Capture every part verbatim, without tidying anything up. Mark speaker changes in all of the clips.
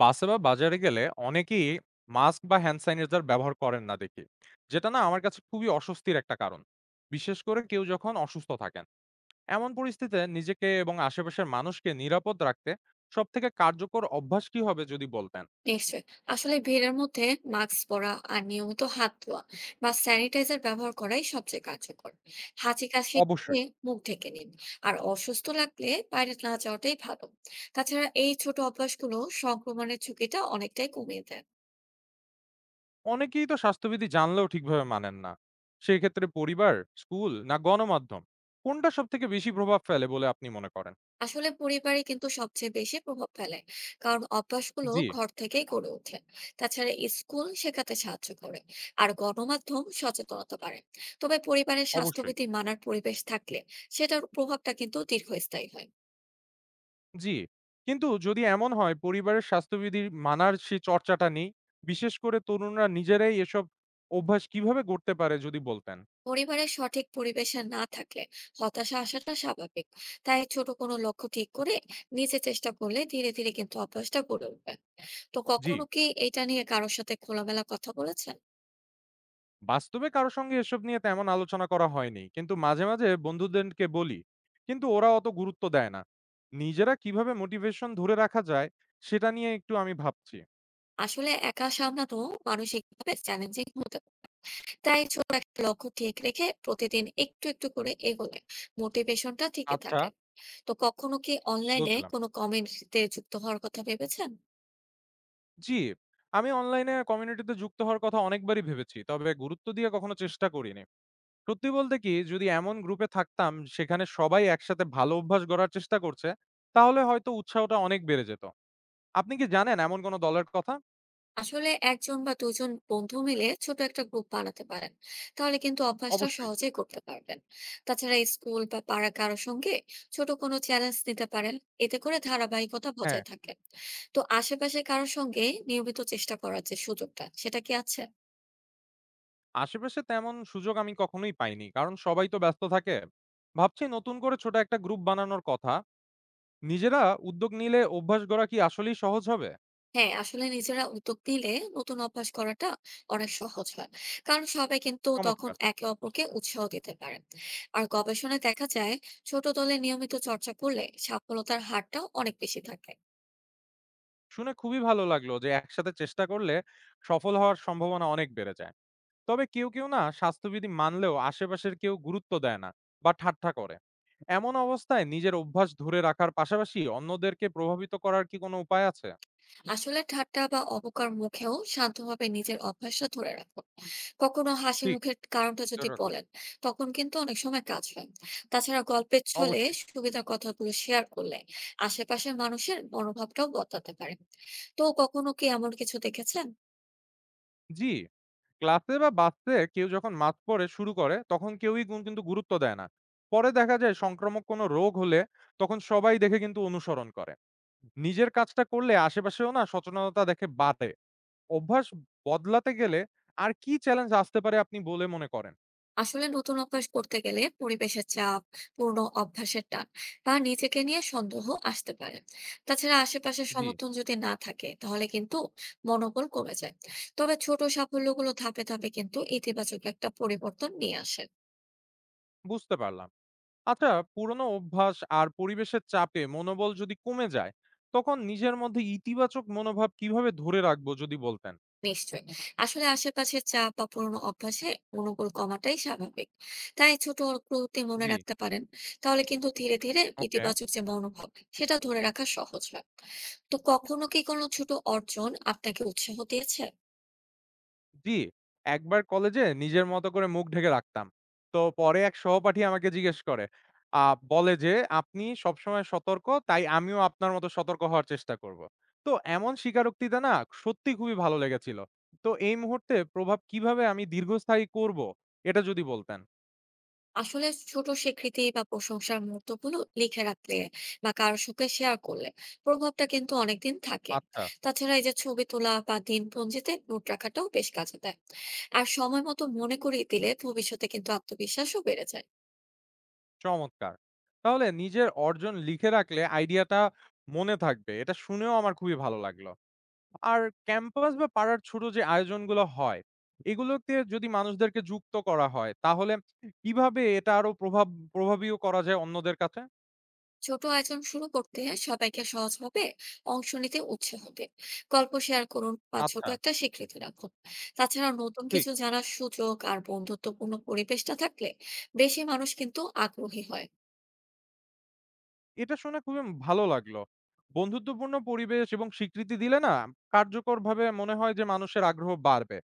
Speaker 1: বাসে বা বাজারে গেলে অনেকেই মাস্ক বা হ্যান্ড স্যানিটাইজার ব্যবহার করেন না দেখি, যেটা না আমার কাছে খুবই অস্বস্তির একটা কারণ। বিশেষ করে কেউ যখন অসুস্থ থাকেন, এমন পরিস্থিতিতে নিজেকে এবং আশেপাশের মানুষকে নিরাপদ রাখতে সব থেকে কার্যকর অভ্যাস কি হবে যদি বলতেন?
Speaker 2: নিশ্চয়ই। আসলে ভিড়ের মধ্যে মাস্ক পরা আর নিয়মিত হাত ধোয়া বা স্যানিটাইজার ব্যবহার করাই সবচেয়ে কার্যকর। হাঁচি কাশি
Speaker 1: অবশ্যই।
Speaker 2: হলে মুখ ঢেকে নিন। আর অসুস্থ লাগলে বাইরে না যাওয়াটাই ভালো। তাছাড়া এই ছোট অভ্যাসগুলো সংক্রমণের ঝুঁকিটা অনেকটাই কমিয়ে দেয়।
Speaker 1: অনেকেই তো স্বাস্থ্যবিধি জানলেও ঠিকভাবে মানেন না। সেই ক্ষেত্রে পরিবার, স্কুল না গণমাধ্যম, কোনটা সব থেকে বেশি প্রভাব ফেলে বলে আপনি মনে করেন?
Speaker 2: আসলে পরিবারে কিন্তু সবচেয়ে বেশি প্রভাব ফেলে, কারণ অভ্যাসগুলো
Speaker 1: জি।
Speaker 2: ঘর থেকেই গড়ে ওঠে। তাছাড়া স্কুল শেখাতে সাহায্য করে, আর গণমাধ্যম সচেতনতা বাড়ে। তবে পরিবারের
Speaker 1: অবশ্যই।
Speaker 2: স্বাস্থ্যবিধি মানার পরিবেশ থাকলে সেটার প্রভাবটা কিন্তু দীর্ঘস্থায়ী হয়।
Speaker 1: জি। কিন্তু যদি এমন হয় পরিবারের স্বাস্থ্যবিধি মানার সেই চর্চাটা নেই, বিশেষ করে তরুণরা নিজেরাই এসব অভ্যাস কিভাবে গড়তে পারে যদি বলতেন?
Speaker 2: পরিবারের সঠিক পরিবেশে না থাকলে হতাশা আসাটা স্বাভাবিক। তাই ছোট কোনো লক্ষ্য ঠিক করে নিজে চেষ্টা করলে ধীরে ধীরে কিন্তু অভ্যাসটা গড়ে উঠবে। তো
Speaker 1: জি,
Speaker 2: কখনো কি এটা নিয়ে কারোর সাথে খোলামেলা কথা বলেছেন?
Speaker 1: বাস্তবে কারো সঙ্গে এসব নিয়ে তেমন আলোচনা করা হয়নি। কিন্তু মাঝে, মাঝে বন্ধুদেরকে বলি। কিন্তু ওরা অত গুরুত্ব দেয় না। নিজেরা কিভাবে মোটিভেশন ধরে রাখা যায় সেটা নিয়ে একটু আমি ভাবছি।
Speaker 2: আসলে একা সামলানো মানসিকভাবে চ্যালেঞ্জিং হতে পারে। তাই ছোট একটা লক্ষ্য ঠিক রেখে প্রতিদিন একটু একটু করে এগোলে মোটিভেশনটা ঠিকই
Speaker 1: আচ্ছা,
Speaker 2: থাকে। তো কখনো কি অনলাইনে
Speaker 1: বুঝলাম।
Speaker 2: কোনো কমিউনিটিতে যুক্ত হওয়ার কথা ভেবেছেন?
Speaker 1: জি, আমি অনলাইনে কমিউনিটিতে যুক্ত হওয়ার কথা অনেকবারই ভেবেছি। তবে গুরুত্ব দিয়ে কখনো চেষ্টা করিনি। সত্যি বলতে কি, যদি এমন গ্রুপে থাকতাম সেখানে সবাই একসাথে ভালো অভ্যাস গড়ার চেষ্টা করছে, তাহলে হয়তো উৎসাহটা অনেক বেড়ে যেত। আপনি কি জানেন এমন কোনো দলের কথা?
Speaker 2: আসলে একজন বা দুজন বন্ধু মিলে ছোট একটা গ্রুপ বানাতে পারেন, তাহলে কিন্তু অভ্যাসটা
Speaker 1: অবশ্যই।
Speaker 2: সহজেই করতে পারবেন। তাছাড়া স্কুল বা পাড়া কারো সঙ্গে ছোট কোনো চ্যালেঞ্জ নিতে পারেন, এতে করে ধারাবাহিকতা
Speaker 1: হ্যাঁ।
Speaker 2: বজায় থাকে। তো আশেপাশে কারোর সঙ্গে নিয়মিত চেষ্টা করার যে সুযোগটা, সেটা কি আছে?
Speaker 1: আশেপাশে তেমন সুযোগ আমি কখনোই পাইনি, কারণ সবাই তো ব্যস্ত থাকে। ভাবছি নতুন করে ছোট একটা গ্রুপ বানানোর কথা। নিজেরা উদ্যোগ নিলে অভ্যাস গড়া কি আসলেই সহজ হবে?
Speaker 2: হ্যাঁ, আসলে নিজেরা উদ্যোগ নিলে নতুন অভ্যাস করাটা অনেক সহজ হয়, কারণ সবাই কিন্তু তখন
Speaker 1: চমৎকার।
Speaker 2: একে অপরকে উৎসাহ দিতে পারে। আর গবেষণায় দেখা যায়, ছোট দলে নিয়মিত চর্চা করলে সফলতার হারটাও অনেক বেশি থাকে।
Speaker 1: শুনে খুবই ভালো লাগলো যে একসাথে চেষ্টা করলে সফল হওয়ার সম্ভাবনা অনেক বেড়ে যায়। তবে কেউ কেউ না স্বাস্থ্যবিধি মানলেও আশেপাশের কেউ গুরুত্ব দেয় না বা ঠাট্টা করে। এমন অবস্থায় নিজের অভ্যাস ধরে রাখার পাশাপাশি অন্যদেরকে প্রভাবিত করার কি কোনো উপায় আছে?
Speaker 2: আসলে ঠাট্টা বা অবকার মুখেও শান্তভাবে নিজের অভ্যাসটা ধরে রাখুন। কখনো হাসি
Speaker 1: ঠিক,
Speaker 2: মুখের কারণটা যদি
Speaker 1: যেটা করছি।
Speaker 2: বলেন, তখন কিন্তু অনেক সময় কাজ হয়। তাছাড়া গল্পের ছলে
Speaker 1: অবশ্যই।
Speaker 2: সুবিধার কথাগুলো শেয়ার করলে আশেপাশের মানুষের মনোভাবটাও বদলাতে পারে। তো কখনো কি এমন কিছু দেখেছেন?
Speaker 1: জি। ক্লাসে বা বাসে কেউ যখন মাস্ক পরে শুরু করে তখন কেউই গুন- কিন্তু গুরুত্ব দেয় না। পরে দেখা যায় সংক্রামক কোনো রোগ হলে তখন সবাই দেখে কিন্তু অনুসরণ করে। নিজের কাজটা করলে আশেপাশেও না সচেতনতা দেখে বাড়ে। অভ্যাস বদলাতে গেলে আর কি চ্যালেঞ্জ আসতে পারে আপনি বলে মনে করেন?
Speaker 2: আসলে নতুন অভ্যাস করতে গেলে পরিবেশের চাপ, পুরনো অভ্যাসের টান বা নিজেকে নিয়ে সন্দেহ আসতে পারে। তাছাড়া আশেপাশের
Speaker 1: জি।
Speaker 2: সমর্থন যদি না থাকে তাহলে কিন্তু মনোবল কমে যায়। তবে ছোট সাফল্যগুলো ধাপে ধাপে কিন্তু ইতিবাচক একটা পরিবর্তন নিয়ে আসে।
Speaker 1: বুঝতে পারলাম। আচ্ছা, পুরনো অভ্যাস আর পরিবেশের চাপে মনোবল যদি কমে যায়, তখন নিজের মধ্যে ইতিবাচক মনোভাব কিভাবে ধরে রাখবো যদি বলতেন?
Speaker 2: আসলে আশেপাশের চাপ বা পুরনো অভ্যাসে মনোবল কমাটাই স্বাভাবিক। তাই ছোট অগ্রগতি মনে
Speaker 1: জি।
Speaker 2: রাখতে পারেন, তাহলে কিন্তু ধীরে ধীরে
Speaker 1: ওকে।
Speaker 2: ইতিবাচক যে মনোভাব, সেটা ধরে রাখা সহজ হয়। তো কখনো কি কোনো ছোট অর্জন আপনাকে উৎসাহ দিয়েছে?
Speaker 1: জি, একবার কলেজে নিজের মতো করে মুখ ঢেকে রাখতাম। তো পরে এক সহপাঠী আমাকে জিজ্ঞেস করে, আহ বলে যে আপনি সবসময় সতর্ক, তাই আমিও আপনার মতো সতর্ক হওয়ার চেষ্টা করব। তো এমন স্বীকারোক্তিতে না সত্যি খুবই ভালো লেগেছিল। তো এই মুহূর্তে প্রভাব কিভাবে আমি দীর্ঘস্থায়ী করব, এটা যদি বলতেন?
Speaker 2: আসলে ছোট স্বীকৃতি বা প্রশংসার মুহূর্তগুলো লিখে রাখলে বা কারোর সঙ্গে শেয়ার করলে প্রভাবটা কিন্তু অনেকদিন থাকে।
Speaker 1: আচ্ছা।
Speaker 2: তাছাড়া এই যে ছবি তোলা বা দিনপঞ্জিতে নোট রাখাটাও বেশ কাজে দেয়। আর সময় মতো মনে করিয়ে দিলে ভবিষ্যতে কিন্তু আত্মবিশ্বাসও বেড়ে যায়।
Speaker 1: চমৎকার! তাহলে নিজের অর্জন লিখে রাখলে আইডিয়াটা মনে থাকবে। এটা শুনেও আমার খুবই ভালো লাগলো। আর ক্যাম্পাস বা পাড়ার ছোট যে আয়োজনগুলো হয়, এগুলোতে যদি মানুষদেরকে যুক্ত করা হয়, তাহলে কিভাবে এটা আরো প্রভাব প্রভাবীয় করা যায় অন্যদের কাছে?
Speaker 2: ছোট আয়োজন শুরু করতে সবাইকে সহজভাবে অংশ নিতে উৎসাহ দিন। গল্প শেয়ার করুন বা ছোট
Speaker 1: আচ্ছা,
Speaker 2: একটা স্বীকৃতি রাখুন। তাছাড়া নতুন
Speaker 1: ঠিক।
Speaker 2: কিছু জানার সুযোগ আর বন্ধুত্বপূর্ণ পরিবেশটা থাকলে বেশি মানুষ কিন্তু আগ্রহী হয়।
Speaker 1: এটা শুনে খুবই ভালো লাগলো। বন্ধুত্বপূর্ণ পরিবেশ এবং স্বীকৃতি দিলে না কার্যকরভাবে মনে হয় যে মানুষের আগ্রহ বাড়বে।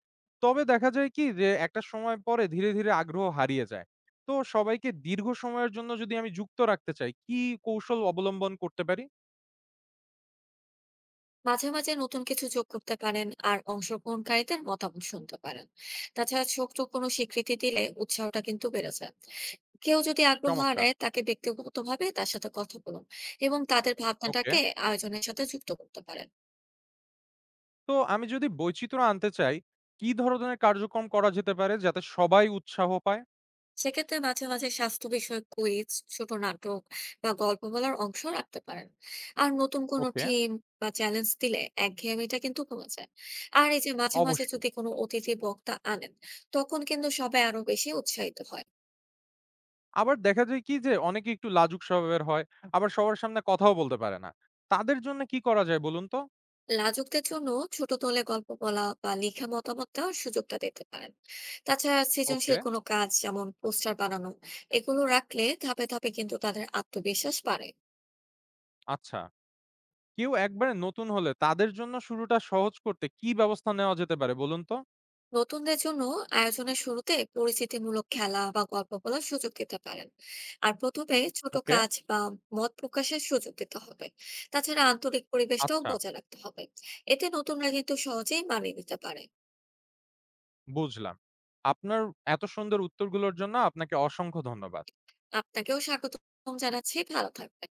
Speaker 1: তবে দেখা যায় কি যে একটা সময় পরে ধীরে, ধীরে আগ্রহ হারিয়ে যায়। তো সবাইকে দীর্ঘ সময়ের জন্য যদি আমি যুক্ত রাখতে চাই, কি কৌশল অবলম্বন করতে পারি?
Speaker 2: মাঝে মাঝে নতুন কিছু যোগ করতে পারেন আর অংশগ্রহণকারীদের মতামত শুনতে পারেন। তাছাড়া ছোট কোনো স্বীকৃতি দিলে উৎসাহটা কিন্তু বেড়ে যায়। কেউ যদি আগ্রহ
Speaker 1: চমৎকার।
Speaker 2: হারায়, তাকে ব্যক্তিগতভাবে তার সাথে কথা বলুন এবং তাদের
Speaker 1: ওকে।
Speaker 2: ভাবনাটাকে আয়োজনের সাথে যুক্ত করতে পারেন।
Speaker 1: তো আমি যদি বৈচিত্র্য আনতে চাই, কি ধরনের কার্যক্রম করা যেতে পারে যাতে সবাই উৎসাহ পায়?
Speaker 2: সেক্ষেত্রে মাঝে মাঝে স্বাস্থ্য বিষয়ক কুইজ, ছোট নাটক বা গল্প বলার অংশ রাখতে পারেন। আর নতুন কোনো
Speaker 1: ওকে,
Speaker 2: থিম বা চ্যালেঞ্জ দিলে একঘেয়েমিটা কিন্তু কমে যায়। আর এই যে মাঝে মাঝে
Speaker 1: অবশ্যই।
Speaker 2: যদি কোনো অতিথি বক্তা আনেন, তখন কিন্তু সবাই আরো বেশি উৎসাহিত হয়।
Speaker 1: আবার দেখা যায় কি যে অনেকে একটু লাজুক স্বভাবের হয়। আবার সবার সামনে কথাও বলতে পারে না। তাদের জন্য কি করা যায় বলুন তো?
Speaker 2: লাজুকদের জন্য ছোট দলে গল্প বলা বা লিখে মতামত দেওয়ার সুযোগটা দিতে পারেন। তাছাড়া
Speaker 1: ওকে,
Speaker 2: সৃজনশীল কোনো কাজ যেমন পোস্টার বানানো, এগুলো রাখলে ধাপে ধাপে কিন্তু তাদের আত্মবিশ্বাস বাড়ে।
Speaker 1: আচ্ছা। কেউ একবারে নতুন হলে তাদের জন্য শুরুটা সহজ করতে কি ব্যবস্থা নেওয়া যেতে পারে বলুন তো?
Speaker 2: নতুনদের জন্য আয়োজনের শুরুতে পরিচিতিমূলক খেলা বা গল্প বলার সুযোগ দিতে পারেন। আর প্রথমে ছোট
Speaker 1: ওকে,
Speaker 2: কাজ বা মত প্রকাশের সুযোগ দিতে হবে। তাছাড়া আন্তরিক পরিবেশটাও
Speaker 1: আচ্ছা,
Speaker 2: বজায় রাখতে হবে, এতে নতুনরা কিন্তু সহজেই মানিয়ে নিতে পারে।
Speaker 1: বুঝলাম। আপনার এত সুন্দর উত্তরগুলোর জন্য আপনাকে অসংখ্য ধন্যবাদ।
Speaker 2: আপনাকেও স্বাগত জানাচ্ছি। ভালো থাকবেন।